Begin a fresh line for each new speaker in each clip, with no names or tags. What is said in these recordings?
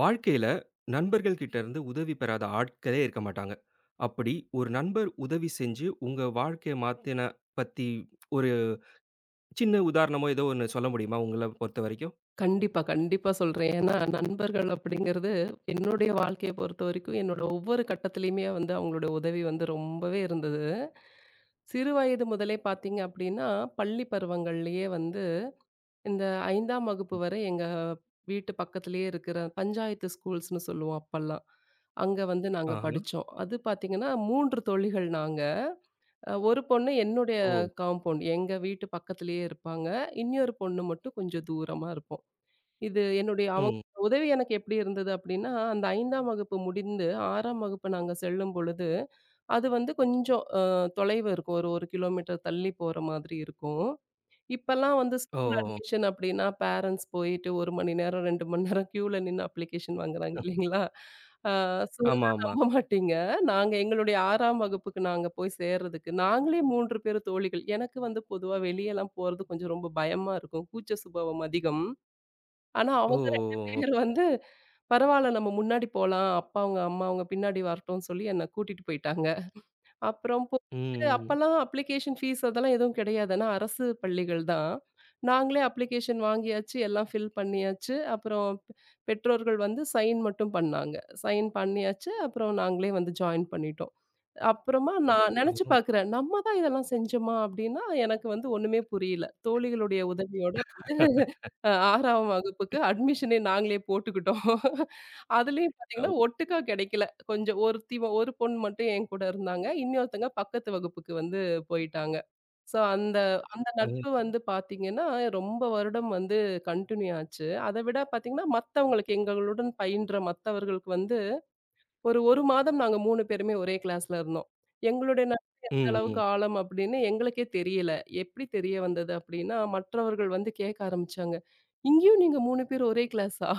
வாழ்க்கையில நண்பர்கள் கிட்ட இருந்து உதவி பெறாத ஆட்களே இருக்க மாட்டாங்க. அப்படி ஒரு நண்பர் உதவி செஞ்சு உங்க வாழ்க்கைய மாத்தின பத்தி ஒரு சின்ன உதாரணமோ ஏதோ ஒண்ணு சொல்ல முடியுமா? உங்கள பொறுத்தவரைக்கும்?
கண்டிப்பா, கண்டிப்பா சொல்றேன். ஏன்னா, நண்பர்கள் அப்படிங்கிறது வாழ்க்கைய பொறுத்தவரைக்கும், என்னோட ஒவ்வொரு கட்டத்திலயுமே வந்து அவங்களோட உதவி வந்து ரொம்பவே இருந்தது. சிறு வயது முதலே பார்த்தீங்க அப்படின்னா, பள்ளி பருவங்கள்லயே வந்து இந்த 5ஆம் வகுப்பு
ம்.
வரை எங்க வீட்டு பக்கத்திலேயே இருக்கிற பஞ்சாயத்து ஸ்கூல்ஸ்ன்னு சொல்லுவோம் அப்பல்லாம். அங்க வந்து நாங்க
ஆஹா.
படிச்சோம். அது பார்த்தீங்கன்னா, 3 தோழிகள் நாங்க. ஒரு பொண்ணு என்னுடைய
ஓ!
காம்பவுண்ட், எங்க வீட்டு பக்கத்திலேயே இருப்பாங்க. இன்னொரு பொண்ணு மட்டும் கொஞ்சம் தூரமா இருப்போம். இது என்னுடைய அவங்க
ம்.
உதவி எனக்கு எப்படி இருந்தது அப்படின்னா, அந்த 5ஆம் வகுப்பு முடிந்து 6ஆம் வகுப்பு நாங்க செல்லும் பொழுது, அது வந்து கொஞ்சம் தொலைவு இருக்கும். ஒரு 1 கிலோமீட்டர் தள்ளி போற மாதிரி இருக்கும். இப்பல்லாம் வந்து ஸ்கூல்
ஓ!
அட்மிஷன் அப்படின்னா, பேரண்ட்ஸ் போயிட்டு 1 மணி நேரம், 2 மணி நேரம் கியூல நின்னு அப்ளிகேஷன் வாங்குறாங்க இல்லைங்களா? ஆ சொன்னா
ஆமா, ஆமா.
நம்ப மாட்டீங்க. நாங்க எங்களுடைய 6ஆம் வகுப்புக்கு நாங்க போய் சேர்றதுக்கு, நாங்களே 3 பேரு தோழிகள். எனக்கு வந்து பொதுவா வெளியலாம் போறது கொஞ்சம் ரொம்ப பயமா இருக்கும். கூச்ச சுபாவம் அதிகம். ஆனா,
ஓ!
அவங்க 2 பேர்
ஓகே.
வந்து பரவால்ல நம்ம முன்னாடி போலாம். அப்பா, அவங்க அம்மா அவங்க பின்னாடி வரட்டும்னு சொல்லி என்ன கூட்டிட்டு போயிட்டாங்க. அப்புறம் போயிட்டு
ம்.
அப்பலாம் அப்ளிகேஷன் ஃபீஸ் அதெல்லாம் எதுவும் கிடையாது. ஆனா, அரசு பள்ளிகள் தான். நாங்களே அப்ளிகேஷன் வாங்கியாச்சு, எல்லாம் ஃபில் பண்ணியாச்சு. அப்புறம் பெற்றோர்கள் வந்து சைன் மட்டும் பண்ணாங்க. சைன் பண்ணியாச்சு. அப்புறம் நாங்களே வந்து ஜாயின் பண்ணிட்டோம். அப்புறமா நான் நெனச்சு
ஓ!
பார்க்குறேன். நம்ம தான் இதெல்லாம் செஞ்சோமா? அப்டின்னா எனக்கு வந்து ஒண்ணுமே புரியல. தோழிகளுடைய உதவியோட வந்து 6ஆம் வகுப்புக்கு அட்மிஷனே நாங்களே போட்டுக்கிட்டோம். அதுலயும்
அ.
பார்த்தீங்கன்னா,
உ-
ஒட்டுக்கா கிடைக்கல. கொஞ்சம் ஒருத்தி ஒரு பொண்ணு மட்டும் என் கூட இருந்தாங்க. இன்னொருத்தங்க பக்கத்து வகுப்புக்கு வந்து போயிட்டாங்க. ஸோ அந்த அந்த
அ,
நட்பு வந்து பார்த்தீங்கன்னா, ரொம்ப வருடம் வந்து கன்டின்யூ ஆச்சு. அத விட பார்த்தீங்கன்னா, மத்தவங்களுக்கு எங்களுடன் பயின்ற மத்தவர்களுக்கு வந்து ஒரு 1 மாதம் நாங்க 3 பேருமே ஒரே கிளாஸ்ல இருந்தோம். எங்களுடைய நட்பு எந்த அளவுக்கு
ம்,
ஆழம் அப்படின்னு எங்களுக்கே தெரியல. எப்படி தெரிய வந்தது அப்படின்னா, மற்றவர்கள் வந்து கேட்க ஆரம்பிச்சாங்க. "இங்கேயும் நீங்க 3 பேர் ஒரே கிளாஸா?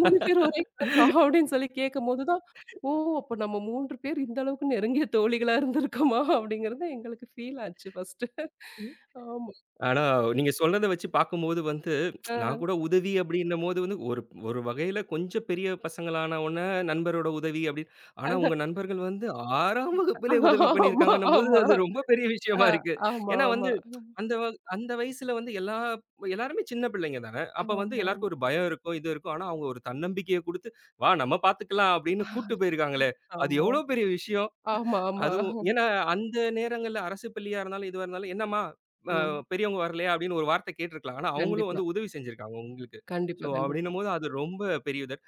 3 பேர் ஒரே கிளாஸா?" அப்படின்னு சொல்லி கேட்கும்போது தான், "ஓ! அப்ப நம்ம 3 பேர் இந்த அளவுக்கு நெருங்கிய தோழிகளா இருந்திருக்கோமா?" அப்படிங்கிறது எங்களுக்கு ஃபீல் ஆச்சு ஃபர்ஸ்ட்டு.
ம்.
ஆமா.
ஆனா, நீங்க சொன்னத வச்சு பார்க்கும்போது வந்து, நான்
அ
கூட உதவி அப்படின்னும்போது வந்து, ஒரு ஒரு வகையில கொஞ்சம் பெரிய பசங்களான உடனே நண்பரோட உதவி அப்படின்னு. ஆனா உங்க நண்பர்கள் வந்து 6ஆம் வகுப்பிலே உதவி
ஆமா,
பண்ணியிருக்காங்கன்னும்போது,
ஆமா.
அது ரொம்ப பெரிய விஷயமா
அ
இருக்கு.
ஆமா,
ஏன்னா
ஆமா.
வந்து அந்த வ அந்த வயசுல வந்து எல்லாருமே சின்ன பிள்ளைங்க தானே. அப்ப வந்து
ஆமா,
எல்லாருக்கும் ஒரு பயம் இருக்கும், இது இருக்கும். ஆனா அவங்க ஒரு தன்னம்பிக்கைய குடுத்து, "வா நம்ம பார்த்துக்கலாம்" அப்படின்னு கூட்டு போயிருக்காங்களே, அது
ஆமா.
எவ்வளோ பெரிய விஷயம்.
ஆமா, ஆமா.
அதுவும்
ஆமா.
ஏன்னா அந்த நேரங்கள்ல அரசு பள்ளியா இருந்தாலும், எதுவா இருந்தாலும், "என்னம்மா
ம்.
பெரியவங்க வரலையா அப்படின்னு ஒரு வார்த்தை கேட்டுருக்கலாம். ஆனா, அவங்களும்
கண்டிப்பா,
வந்து உதவி செஞ்சிருக்காங்க உங்களுக்கு. ஸோ,
கண்டிப்பா, கண்டிப்பா.
அப்படின்னும்போது அது ரொம்ப பெரிய உதவி.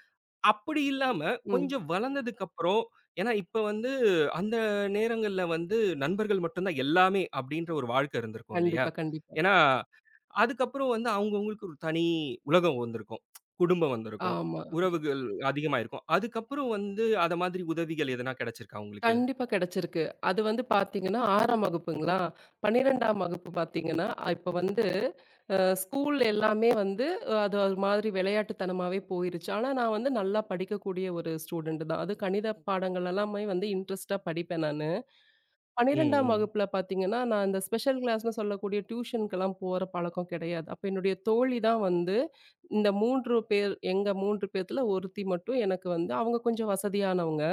அப்படி இல்லாம
ம்.
கொஞ்சம் வளர்ந்ததுக்கப்புறம் ஏன்னா இப்ப வந்து அந்த நேரங்கள்ல வந்து நண்பர்கள் மட்டும் தான் எல்லாமே அப்படின்ற ஒரு வாழ்க்கை இருந்திருக்கும் இல்லையா?
கண்டிப்பா, கண்டிப்பா.
ஏன்னா, அதுக்கப்புறம் வந்து அவங்கவங்களுக்கு ஒரு தனி உலகம் வந்திருக்கும். குடும்பம் வந்திருக்கும்.
ஆமா, ஆமா.
உறவுகள் அதிகமாயிருக்கும். அதுக்கப்புறம் வந்து அத மாதிரி உதவிகள் எதனா கிடைச்சிருக்கா உங்களுக்கு?
கண்டிப்பா கிடைச்சிருக்கு. அது வந்து பார்த்தீங்கன்னா 6ஆம் வகுப்புங்களா? 12ஆம் வகுப்பு பார்த்தீங்கன்னா, இப்ப வந்து ஸ்கூல் எல்லாமே வந்து அது ஒரு மாதிரி விளையாட்டுத்தனமாவே போயிருச்சு. ஆனா நான் வந்து நல்லா படிக்கக்கூடிய ஒரு ஸ்டூடண்ட் தான். அது கணித பாடங்கள் எல்லாமே வந்து இன்ட்ரெஸ்ட்டா படிப்பேன் நானு.
ம்,
12ஆம்
ம்.
வகுப்புல பார்த்தீங்கன்னா, நான் இந்த ஸ்பெஷல் கிளாஸ்ன்னு சொல்லக்கூடிய டியூஷனுக்கெல்லாம் போற பழக்கம் கிடையாது. அப்ப என்னுடைய தோழி தான் வந்து, இந்த 3 பேர் எங்க 3 பேத்துல ஒருத்தி மட்டும் எனக்கு வந்து அவங்க கொஞ்சம் வசதியானவங்க.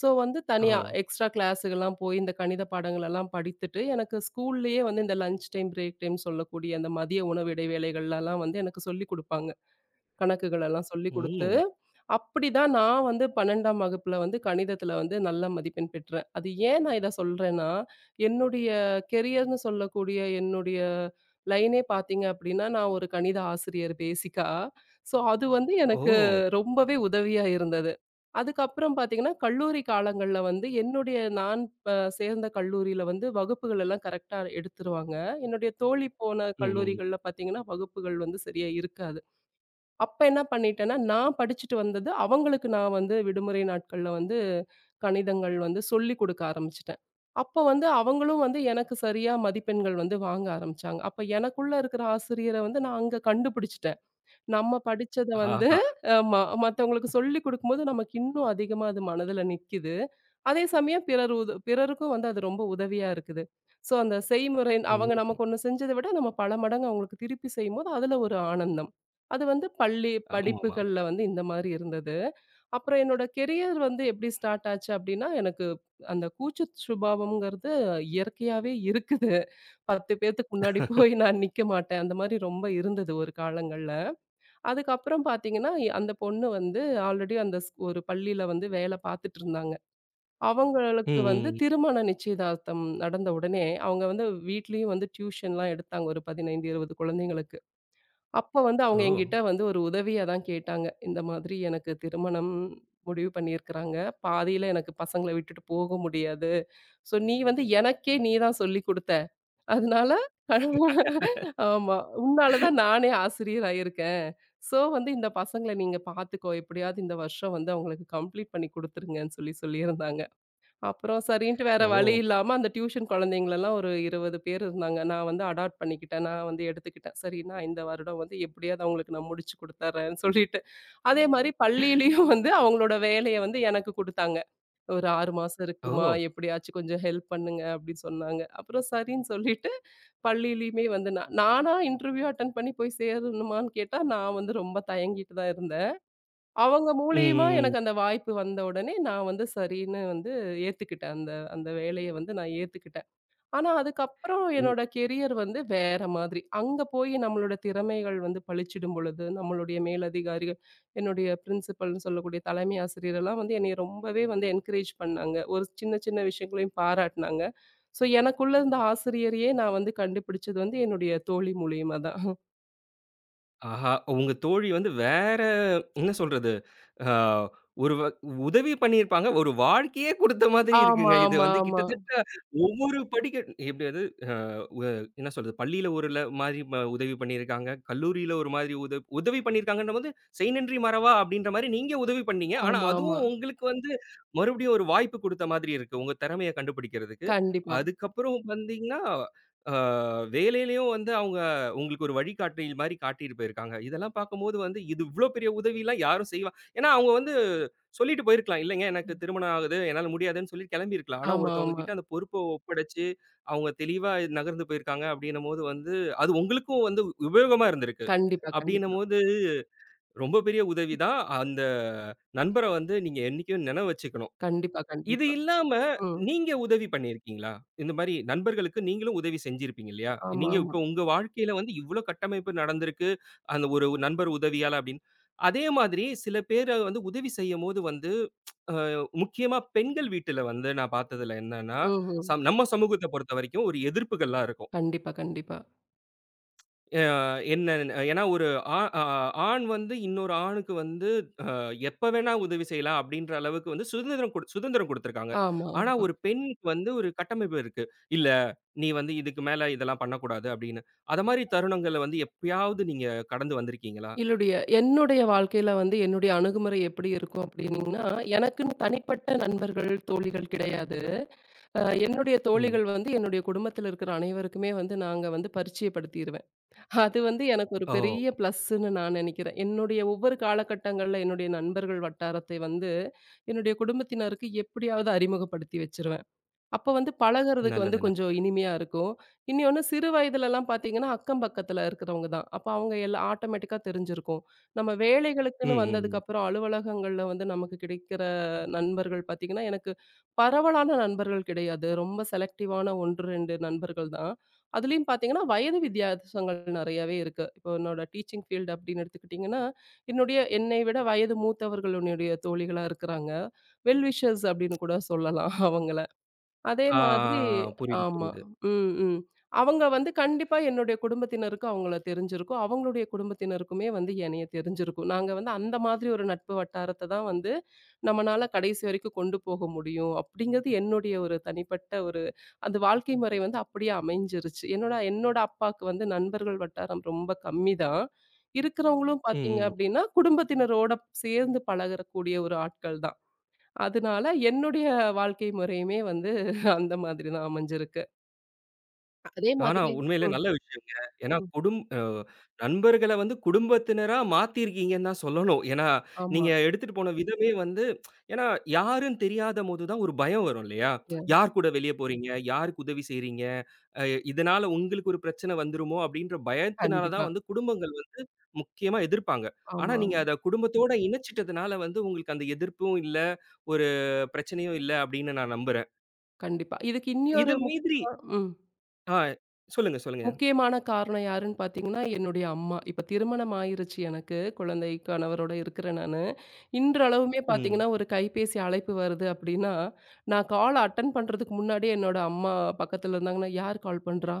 ஸோ வந்து
ஓ!
தனியா எக்ஸ்ட்ரா கிளாஸுகெல்லாம் போய் இந்த கணித பாடங்களெல்லாம் படித்துட்டு, எனக்கு ஸ்கூல்லயே வந்து இந்த லஞ்ச் டைம், பிரேக் டைம் சொல்லக்கூடிய அந்த மதிய உணவு இடைவேளைகள்லலாம் வந்து எனக்கு சொல்லிக் குடுப்பாங்க. கணக்குகள் எல்லாம் சொல்லிக் குடுத்து,
ம்.
அப்படிதான் நான் வந்து 12ஆம் வகுப்புல வந்து கணிதத்துல வந்து நல்ல மதிப்பெண் பெற்றேன். அது ஏன் நான் இத சொல்றேன்னா, என்னுடைய கெரியர்ன்னு சொல்லக்கூடிய என்னுடைய லைனே பார்த்தீங்க அப்படின்னா, நான் ஒரு கணித ஆசிரியர் பேசிக்கா. ஸோ அது வந்து
ஓ!
எனக்கு ரொம்பவே உதவியா இருந்தது. அதுக்கப்புறம் பார்த்தீங்கன்னா, கல்லூரி காலங்கள்ல வந்து என்னுடைய நான் சேர்ந்த கல்லூரியில வந்து வகுப்புகள் எல்லாம் கரெக்ட்டா எடுத்துருவாங்க. என்னுடைய தோழி போன
ம், ம்.
கல்லூரிகள்ல பார்த்தீங்கன்னா, வகுப்புகள் வந்து சரியா இருக்காது. அப்ப என்ன பண்ணிட்டேன்னா, நான் படிச்சுட்டு வந்தது, அவங்களுக்கு நான் வந்து விடுமுறை நாட்கள்ல வந்து கணிதங்கள் வந்து சொல்லிக் கொடுக்க ஆரம்பிச்சுட்டேன். அப்ப வந்து அவங்களும் வந்து எனக்கு சரியா மதிப்பெண்கள் வந்து வாங்க ஆரம்பிச்சாங்க. அப்ப எனக்குள்ள இருக்கிற ஆசிரியர வந்து நான் அங்க கண்டுபிடிச்சுட்டேன். நம்ம படிச்சத வந்து
ஆஹா!
ஆமா. மத்தவங்களுக்கு சொல்லிக் குடுக்கும்போது நமக்கு இன்னும் அதிகமா அது மனதுல நிக்குது. அதே சமயம் பிறர் பிறருக்கும் வந்து அது ரொம்ப உதவியா இருக்குது. ஸோ அந்த செய்முறை அவங்க
ம்.
நமக்கு ஒண்ணு செஞ்சத விட நம்ம பல மடங்கு அவங்களுக்கு திருப்பி செய்யும்போது அதுல ஒரு ஆனந்தம். அது வந்து பள்ளி
ஆமாமா.
படிப்புகள்ல வந்து இந்த மாரி இருந்தது. அப்புறம் என்னோட கெரியர் வந்து எப்படி ஸ்டார்ட் ஆச்சு அப்படின்னா, எனக்கு அந்த கூச்ச சுபாவம்ங்கிறது இயற்கையாவே இருக்குது. 10 பேத்துக்கு முன்னாடி போய் நான் நிக்க மாட்டேன். அந்த மாரி ரொம்ப இருந்தது ஒரு காலங்கள்ல. அதுக்கப்புறம் பார்த்தீங்கன்னா, அந்த பொண்ணு வந்து ஆல்ரெடி அந்த ஒரு பள்ளியில வந்து வேலை பார்த்துட்டு இருந்தாங்க.
ம்,
அவங்களுக்கு வந்து
ம்.
திருமண நிச்சயதார்த்தம் நடந்த உடனே, அவங்க வந்து வீட்லயும் வந்து டியூஷன்லாம் எடுத்தாங்க ஒரு 15, 20 குழந்தைங்களுக்கு. அப்ப வந்து அவங்க
ஓ!
என்கிட்ட வந்து ஒரு உதவியா தான் கேட்டாங்க. இந்த மாதிரி எனக்கு திருமணம் முடிவு பண்ணியிருக்கிறாங்க. பாதியில எனக்கு பசங்கள விட்டுட்டு போக முடியாது. ஸோ நீ வந்து எனக்கே நீ தான் சொல்லிக் குடுத்த. அதனால ஆமா. உன்னால தான் நானே ஆசிரியர் ஆயிருக்கேன். ஸோ வந்து இந்த பசங்கள நீங்க பார்த்துக்கோ! எப்படியாவது இந்த வருஷம் வந்து அவங்களுக்கு கம்ப்ளீட் பண்ணி குடுத்துருங்கன்னு சொல்லி சொல்லியிருந்தாங்க. அப்புறம் சரின்ட்டு வேற வழி
ஓ!
இல்லாம அந்த டியூஷன் குழந்தைங்களலாம் ஒரு 20 பேர் இருந்தாங்க. நான் வந்து அடாப்ட் பண்ணிக்கிட்டேன். நான் வந்து எடுத்துக்கிட்டேன். சரி நான் இந்த வருடம் வந்து எப்படியாவது அவங்களுக்கு நான் முடிச்சு குடுத்துர்றேன்னு சொல்லிட்டு. அதே மாரி பள்ளியிலயும் வந்து அவங்களோட வேலைய வந்து எனக்கு குடுத்தாங்க. ஒரு 6 மாசம் இருக்குமா,
ஓ!
எப்படியாச்சும் கொஞ்சம் ஹெல்ப் பண்ணுங்க அப்படின்னு சொன்னாங்க. அப்புறம் சரின்னு சொல்லிட்டு பள்ளியிலயுமே வந்து நான் நானா இன்டர்வியூ அட்டெண்ட் பண்ணி போய் சேரணுமான்னு கேட்டா, நான் வந்து ரொம்ப தயங்கிட்டு தான் இருந்தேன். அவங்க மூலியமா
ம், ம்.
எனக்கு அந்த வாய்ப்பு வந்த உடனே, நான் வந்து சரின்னு வந்து ஏத்துக்கிட்டேன். அந்த அந்த வேலைய வந்து நான் ஏத்துக்கிட்டேன். ஆனா, அதுக்கப்புறம்
உ
என்னோட கெரியர் வந்து வேற மாதிரி. அங்க போய் நம்மளோட திறமைகள் வந்து பளிச்சிடும் பொழுது, நம்மளுடைய மேலதிகாரிகள், என்னுடைய பிரின்சிபல்ன்னு சொல்லக்கூடிய தலைமை ஆசிரியர் எல்லாம் வந்து என்னைய ரொம்பவே வந்து என்கரேஜ் பண்ணாங்க. ஒரு சின்ன சின்ன விஷயங்களையும் பாராட்டுனாங்க. ஸோ, எனக்குள்ள இருந்த ஆசிரியரையே நான் வந்து கண்டுபிடிச்சது வந்து என்னுடைய தோழி மூலியமா தான்.
ஆஹா! உங்க தோழி வந்து வேற என்ன சொல்றது? அ ஒரு வ உதவி பண்ணியிருப்பாங்க. ஒரு வாழ்க்கையே குடுத்த மாதிரி
ஆமா,
இருக்குங்க. இது
ஆமா,
வந்து
ஆமா.
கிட்டத்தட்ட ஒவ்வொரு படிக்க எப்டி அது உ என்ன சொல்றது? பள்ளியில ஒருல மாரி ம உதவி பண்ணியிருக்காங்க. கல்லூரியில ஒரு மாதிரி உதவி பண்ணியிருக்காங்கன்னும்போது, "செய்நன்றி மறவா" அப்படின்ற மாரி நீங்க உதவி பண்ணீங்க. ஆனா,
ஆமா, ஆமா.
அதுவும் உங்களுக்கு வந்து மறுபடியும் ஒரு வாய்ப்பு குடுத்த மாதிரி இருக்கு. உங்க திறமைய கண்டுபிடிக்கிறதுக்கு.
கண்டிப்பா.
அதுக்கப்புறம் வந்தீங்கன்னா, அ வேலையிலயும் வந்து அவங்க உங்களுக்கு ஒரு வழிகாட்டில் மாரி காட்டிட்டு போயிருக்காங்க. இதெல்லாம் பார்க்கும்போது வந்து, இது இவ்ளோ பெரிய உதவிலாம் யாரும் செய்வா. ஏன்னா அவங்க வந்து சொல்லிட்டு போயிருக்கலாம். "இல்லைங்க, எனக்கு திருமணம் ஆகுது. என்னால முடியாதுன்னு" சொல்லி கிளம்பியிருக்கலாம். ஆனா,
ஆமா,
ஒருத்தவங்க
ஆமா.
கிட்ட அந்த பொறுப்ப ஒப்படைச்சு அவங்க தெளிவா நகர்ந்து போயிருக்காங்க அப்படின்னும்போது வந்து, அது உங்களுக்கும் வந்து உபயோகமா இருந்திருக்கு.
கண்டிப்பா, கண்டிப்பா.
அப்படின்னும்போது ரொம்ப பெரிய உதவி தான். அந்த நண்பர வந்து நீங்க என்னைக்கும் நினைவு வச்சுக்கணும்.
கண்டிப்பா,
இது
கண்டிப்பா.
இல்லாம
ம்.
நீங்க உதவி பண்ணியிருக்கீங்களா? இந்த மாரி நண்பர்களுக்கு நீங்களும் உதவி செஞ்சிருப்பீங்க இல்லையா?
ஆமா,
நீங்க
ஆமா.
இப்ப உங்க வாழ்க்கையில வந்து இவ்ளோ கட்டமைப்பு நடந்திருக்கு. அந்த ஒரு நண்பர் உதவியால அப்படின்னு. அதே மாதிரி சில பேர வந்து உதவி செய்யும்போது வந்து அ முக்கியமா பெண்கள் வீட்டுல வந்து நான் பார்த்ததுல என்னன்னா,
ம்ஹ்ம்.
சம் நம்ம சமூகத்த பொறுத்தவரைக்கும் ஒரு எதிர்ப்புகள்லாம் இருக்கும்.
கண்டிப்பா, கண்டிப்பா.
அ என்ன ஏன்னா ஒரு ஆ அ ஆண் வந்து இன்னொரு ஆணுக்கு வந்து அ எப்ப வேணா உதவி செய்யலாம் அப்படின்ற அளவுக்கு வந்து சுதந்திரம் குடுத்துருக்காங்க.
ஆமா,
ஆனா
ஆமா.
ஒரு பெண்ணுக்கு வந்து ஒரு கட்டமைப்பு இருக்கு. இல்ல நீ வந்து இதுக்கு மேல இதெல்லாம் பண்ணக்கூடாது அப்படின்னு. அத மாரி தருணங்கள்ல வந்து எப்பயாவது நீங்க கடந்து வந்திருக்கீங்களா?
என்னுடைய என்னுடைய வாழ்க்கையில வந்து என்னுடைய அணுகுமுறை எப்படி இருக்கும் அப்படின்னீங்கன்னா, எனக்குன்னு தனிப்பட்ட நண்பர்கள், தோழிகள் கிடையாது. அ என்னுடைய
ம்.
தோழிகள் வந்து என்னுடைய குடும்பத்தில இருக்கிற அனைவருக்குமே வந்து நாங்க வந்து பரிச்சயப்படுத்திருவேன். அது வந்து எனக்கு ஒரு பெரிய
ஓ!
பிளஸ்ன்னு நான் நினைக்கிறேன். என்னுடைய ஒவ்வொரு காலகட்டங்கள்ல என்னுடைய நண்பர்கள் வட்டாரத்தை வந்து என்னுடைய குடும்பத்தினருக்கு எப்படியாவது அறிமுகப்படுத்தி வச்சிருவேன். அப்ப வந்து பழகுறதுக்கு வந்து
நல்லது,
கொஞ்சம்
நல்லது.
இனிமையா இருக்கும். இன்னொன்னு சிறு வயதிலலாம் பார்த்தீங்கன்னா, அக்கம் பக்கத்துல இருக்கிறவங்க தான். அப்ப அவங்க எல்லாம் ஆட்டோமேட்டிக்கா தெரிஞ்சிருக்கும். நம்ம
ம்,
வேலைகளுக்குன்னு
ம், ம்.
வந்ததுக்கப்புறம் அலுவலகங்கள்ல வந்து நமக்கு கிடைக்கிற நண்பர்கள் பார்த்தீங்கன்னா, எனக்கு பரவலான நண்பர்கள் கிடையாது. ரொம்ப செலக்டிவான 1, 2 நண்பர்கள் தான். அதுலயும் பார்த்தீங்கன்னா, வயது வித்தியாசங்கள் நெறையவே இருக்கு. இப்போ என்னோட டீச்சிங் ஃபீல்டு அப்படின்னு எடுத்துக்கிட்டிங்கன்னா, என்னை விட வயது மூத்தவர்கள் என்னுடைய தோழிகளா இருக்கிறாங்க. வெல் விஷர்ஸ் அப்படின்னு கூட சொல்லலாம் அவங்கள. அதே
ஆ,
மாதிரி
ஆ, ஆ. புரியுது,
ஆமா.
புரியுது.
ம், ம். அவங்க வந்து கண்டிப்பா என்னுடைய குடும்பத்தினருக்கு அவங்கள தெரிஞ்சிருக்கும். அவங்களுடைய குடும்பத்தினருக்குமே வந்து என்னைய தெரிஞ்சிருக்கும். நாங்க வந்து அந்த மாதிரி ஒரு நட்பு வட்டாரத்த தான் வந்து நம்மனால கடைசி வரைக்கும் கொண்டு போக முடியும். அப்படிங்கிறது என்னுடைய ஒரு தனிப்பட்ட ஒரு அந்த வாழ்க்கை முறை வந்து அப்படியே அமைஞ்சிருச்சு. என்னோட என்னோட அப்பாக்கு வந்து நண்பர்கள் வட்டாரம் ரொம்ப கம்மி தான். இருக்கிறவங்களும் பார்த்தீங்க
ம், ம்.
அப்படின்னா, குடும்பத்தினரோட சேர்ந்து பழகக்கூடிய ஒரு ஆட்கள் தான். அதனால என்னுடைய வாழ்க்கை முறையுமே வந்து அந்த மாதிரி தான் அமைஞ்சிருக்கு. அதே
ஆனா
மாதிரி
உண்மையிலே
ம்,
நல்ல விஷயங்க. ஏன்னா
ம்.
குடும் அ நண்பர்கள வந்து குடும்பத்தினரா மாத்தியிருக்கீங்கன்னு தான் சொல்லணும். ஏன்னா,
ஆமா.
நீங்க எடுத்துட்டு போன விதமே வந்து ஏன்னா யாருன்னு தெரியாதபோது தான் ஒரு பயம் வரும் இல்லையா?
ய
யார் கூட வெளிய போறீங்க? யாருக்கு உதவி செய்றீங்க? அ இதனால உங்களுக்கு ஒரு பிரச்சனை வந்துருமோ! அப்பிடின்ற பயத்தினால
கண்டிப்பா.
தான் வந்து குடும்பங்கள் வந்து முக்கியமா எதிர்ப்பாங்க. ஆனா,
ஆமா,
நீங்க
ஆமா.
அத குடும்பத்தோட இணைச்சிட்டதுனால வந்து உங்களுக்கு அந்த எதிர்ப்பும் இல்ல, ஒரு பிரச்சனையும் இல்ல அப்பிடின்னு நான் நம்புறேன்.
கண்டிப்பா. இதுக்கு
இது
இன்னியொரு
மீதிரி
முக்கியமா ம்.
ஆ சொல்லுங்க, சொல்லுங்க.
முக்கியமான காரணம் யாருன்னு பார்த்தீங்கன்னா, என்னுடைய அம்மா. இப்ப திருமணம் ஆயிருச்சு எனக்கு. குழந்தை, கணவரோட இருக்கிறேன் நானு. இன்றளவுமே
ம்.
பார்த்தீங்கன்னா, ஒரு கைபேசி அழைப்பு வருது அப்படின்னா, நான் கால் அட்டெண்ட் பண்றதுக்கு முன்னாடியே என்னோட அம்மா பக்கத்துல இருந்தாங்கன்னா, "யார் கால் பண்றா?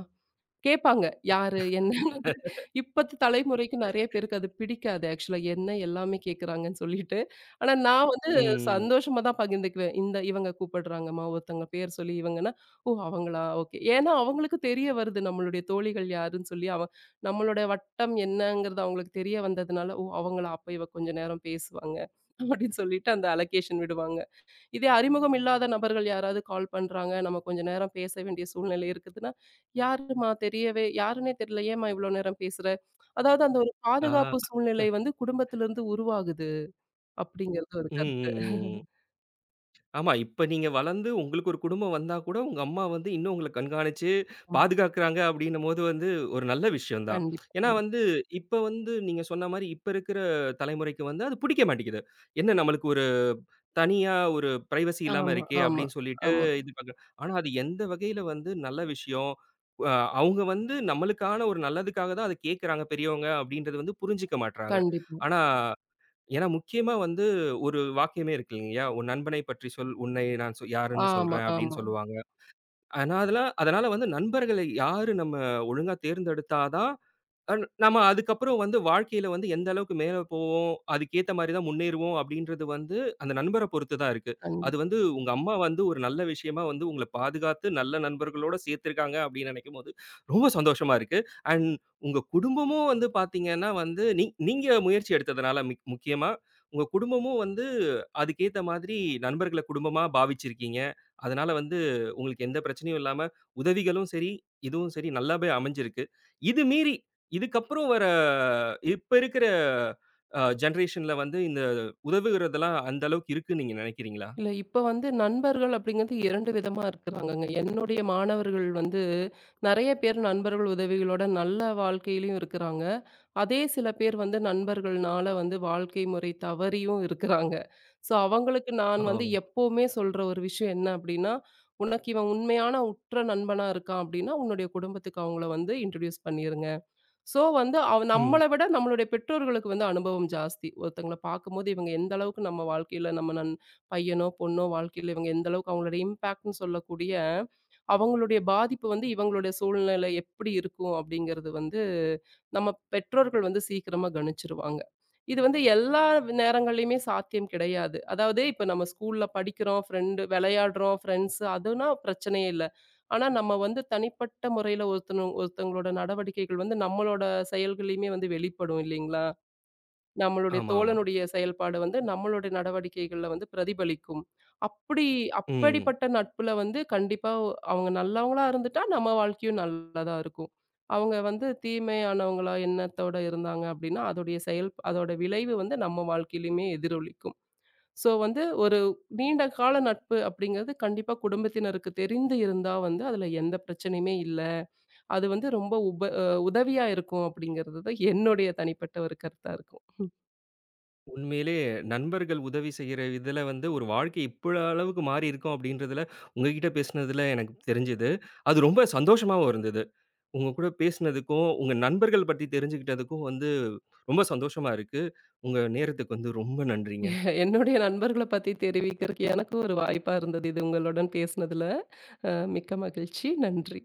கேட்பாங்க. யாரு? என்னன்னு இப்பத்து தலைமுறைக்கு நெறைய பேருக்கு அது பிடிக்காது. ஆக்சுவலா என்ன எல்லாமே கேட்குறாங்கன்னு சொல்லிட்டு. ஆனா நான் வந்து
ம்.
சந்தோஷமா தான் பகிர்ந்துக்குவேன். இந்த இவங்க கூப்பிடுறாங்கம்மா, ஒருத்தவங்க பேர் சொல்லி இவங்கன்னா, ஓ! அவங்களா? ஓகே. ஏன்னா அவங்களுக்கு தெரிய வருது நம்மளுடைய தோழிகள் யாருன்னு சொல்லி, அவ நம்மளோட வட்டம் என்னங்கிறது அவங்களுக்கு தெரிய வந்ததுனால, ஓ! அவங்களா? அப்ப இவ கொஞ்ச நேரம் பேசுவாங்க. அப்படின்னு சொல்லிட்டு அந்த அலோகேஷன் விடுவாங்க. இதே அறிமுகம் இல்லாத நபர்கள் யாராவது கால் பண்றாங்க, நம்ம கொஞ்ச நேரம் பேச வேண்டிய சூழ்நிலை இருக்குதுன்னா, "யாரும்மா தெரியவே யாருன்னே தெரியல. ஏம்மா இவ்ளோ நேரம் பேசுற?" அதாவது அந்த ஒரு
ஆ.
பாதுகாப்பு சூழ்நிலை வந்து குடும்பத்திலிருந்து உருவாகுது அப்படிங்கிறது ஒரு
ம்,
கருத்து.
ம், ம். ஆமா. இப்ப நீங்க வளர்ந்து உங்களுக்கு ஒரு குடும்பம் வந்தா கூட, உங்க அம்மா வந்து இன்னும் உங்கள கண்காணிச்சு
ம்.
பாதுகாக்குறாங்க அப்டின்னும்போது வந்து ஒரு நல்ல விஷயம் தான்.
கண்டிப்பா,
ஏன்னா
கண்டிப்பா.
வந்து இப்ப வந்து நீங்க சொன்ன மாரி இப்ப இருக்கிற தலைமுறைக்கு வந்து அது பிடிக்க மாட்டேங்குது. என்ன நம்மளுக்கு ஒரு தனியா ஒரு பிரைவசி இல்லாம
ஆமா,
இருக்கே
ஆமா,
அப்டின்னு சொல்லிட்டு
ஆமா.
இது பண்ற. ஆனா அது எந்த வகையில வந்து நல்ல விஷயம். அ அவங்க வந்து நம்மளுக்கான ஒரு நல்லதுக்காக தான் அத கேட்குறாங்க பெரியவங்க அப்டின்றது வந்து புரிஞ்சுக்க மாட்றாங்க.
கண்டிப்பா.
ஆனா ஏன்னா முக்கியமா வந்து ஒரு வாக்கியமே இருக்கு இல்லையா? "உன் நண்பனை பற்றி சொல், உன்னை நான் யாருன்னு
ஆமா,
சொல்றேன்" அப்படின்னு
ஆமா.
சொல்லுவாங்க. அதனால அதனால வந்து நண்பர்களை யாரு நம்ம ஒழுங்கா தேர்ந்தெடுத்தா தான் அன் நம்ம அதுக்கப்புறம் வந்து வாழ்க்கையில வந்து எந்த அளவுக்கு மேல போவோம், அதுக்கேத்த மாரி தான் முன்னேறுவோம் அப்டின்றது வந்து, அந்த நண்பர பொறுத்து தான் இருக்கு. அது
கண்டிப்பா.
வந்து உங்க அம்மா வந்து ஒரு நல்ல விஷயமா வந்து உங்கள பாதுகாத்து, நல்ல நண்பர்களோட சேர்த்திருக்காங்க அப்டின்னு நெனைக்கும்போது, ரொம்ப சந்தோஷமா இருக்கு. அண்ட் உங்க குடும்பமும் வந்து பாத்தீங்கன்னா வந்து, நீங்க முயற்சி எடுத்ததுனால முக்கியமா, உங்க குடும்பமும் வந்து அதுக்கேத்த மாதிரி நண்பர்கள குடும்பமா பாவிச்சிருக்கீங்க. அதனால வந்து உங்களுக்கு எந்த பிரச்சனையும் இல்லாம, உதவிகளும் சரி, இதுவும் சரி நல்லாவே அமைஞ்சிருக்கு. இது மீறி இதுக்கப்புறம் வர இப்ப இருக்கிற ஜெனரேஷன்ல வந்து இந்த உதவுகிறதெல்லாம் அந்த அளவுக்கு இருக்குன்னு நீங்க நினைக்கிறீங்களா?
இல்ல, இப்ப வந்து நண்பர்கள் அப்படிங்கிறது 2 விதமா இருக்கிறாங்கங்க. என்னுடைய மாணவர்கள் வந்து நெறைய பேர் நண்பர்கள் உதவிகளோட நல்ல வாழ்க்கையிலயும் இருக்கிறாங்க. அதே சில பேர் வந்து நண்பர்கள்னால வந்து வாழ்க்கை முறை தவறியும் இருக்கிறாங்க. ஸோ அவங்களுக்கு
ஓ!
நான் வந்து எப்பவுமே சொல்ற ஒரு விஷயம் என்ன அப்படின்னா, "உனக்கு இவன் உண்மையான உற்ற நண்பனா இருக்கான் அப்படின்னா, உன்னுடைய குடும்பத்துக்கு அவங்கள வந்து இன்ட்ரோடியூஸ் பண்ணிருங்க." ஸோ வந்து அவ
ம்.
நம்மள விட நம்மளுடைய பெற்றோர்களுக்கு வந்து அனுபவம் ஜாஸ்தி. ஒருத்தங்கள பார்க்கும்போது இவங்க எந்த அளவுக்கு நம்ம வாழ்க்கையில நம்ம பையனோ, பொண்ணோ வாழ்க்கையில இவங்க எந்த அளவுக்கு அவங்களுடைய இம்பேக்ட்ன்னு சொல்லக்கூடிய, அவங்களுடைய பாதிப்பு வந்து இவங்களுடைய சூழ்நிலை எப்படி இருக்கும் அப்படிங்கிறது வந்து, நம்ம பெற்றோர்கள் வந்து சீக்கிரமா கணிச்சுருவாங்க. இது வந்து எல்லா நேரங்கள்லயுமே சாத்தியம் கிடையாது. அதாவது இப்ப நம்ம ஸ்கூல்ல படிக்கிறோம், ஃப்ரெண்டு விளையாடுறோம், ஃப்ரெண்ட்ஸ் அதுனா பிரச்சனையே இல்ல. ஆனா, நம்ம வந்து தனிப்பட்ட முறையில ஒருத்தனு ஒருத்தவங்களோட நடவடிக்கைகள் வந்து நம்மளோட செயல்கள்லயுமே வந்து வெளிப்படும் இல்லைங்களா? நம்மளுடைய
ஆமா, ஆமா.
தோழனுடைய செயல்பாடு வந்து நம்மளுடைய நடவடிக்கைகள்ல வந்து பிரதிபலிக்கும். அப்படி
ம்.
அப்படிப்பட்ட நட்புல வந்து கண்டிப்பா அவங்க நல்லவங்களா இருந்துட்டா நம்ம வாழ்க்கையும் நல்லதா இருக்கும். அவங்க வந்து தீமையானவங்களா எண்ணத்தோட இருந்தாங்க அப்படின்னா, அதோடைய செயல் அதோட விளைவு வந்து நம்ம வாழ்க்கையிலயுமே எதிரொலிக்கும். ஸோ வந்து ஒரு நீண்ட கால நட்பு அப்படிங்கிறது கண்டிப்பா குடும்பத்தினருக்கு தெரிந்து இருந்தா வந்து அதுல எந்த பிரச்சனையுமே இல்ல. அது வந்து ரொம்ப உப அ உதவியா இருக்கும் அப்படிங்கிறது தான் என்னுடைய தனிப்பட்ட ஒரு கருத்தா இருக்கும்.
உண்மையிலேயே நண்பர்கள் உதவி செய்யற இதுல வந்து ஒரு வாழ்க்கை இப்ப அளவுக்கு மாறி இருக்கோம் அப்படின்றதுல, உங்ககிட்ட பேசினதுல எனக்கு தெரிஞ்சது. அது ரொம்ப சந்தோஷமாவும் இருந்தது. உங்க கூட பேசினதுக்கும், உங்க நண்பர்கள் பத்தி தெரிஞ்சுக்கிட்டதுக்கும் வந்து ரொம்ப சந்தோஷமா இருக்கு. உங்க நேரத்துக்கு வந்து ரொம்ப நன்றிங்க.
என்னுடைய நண்பர்கள பத்தி தெரிவிக்கிறக்கு எனக்கும் ஒரு வாய்ப்பா இருந்தது. இது உங்களுடன் பேசினதுல. அ மிக்க மகிழ்ச்சி. நன்றி.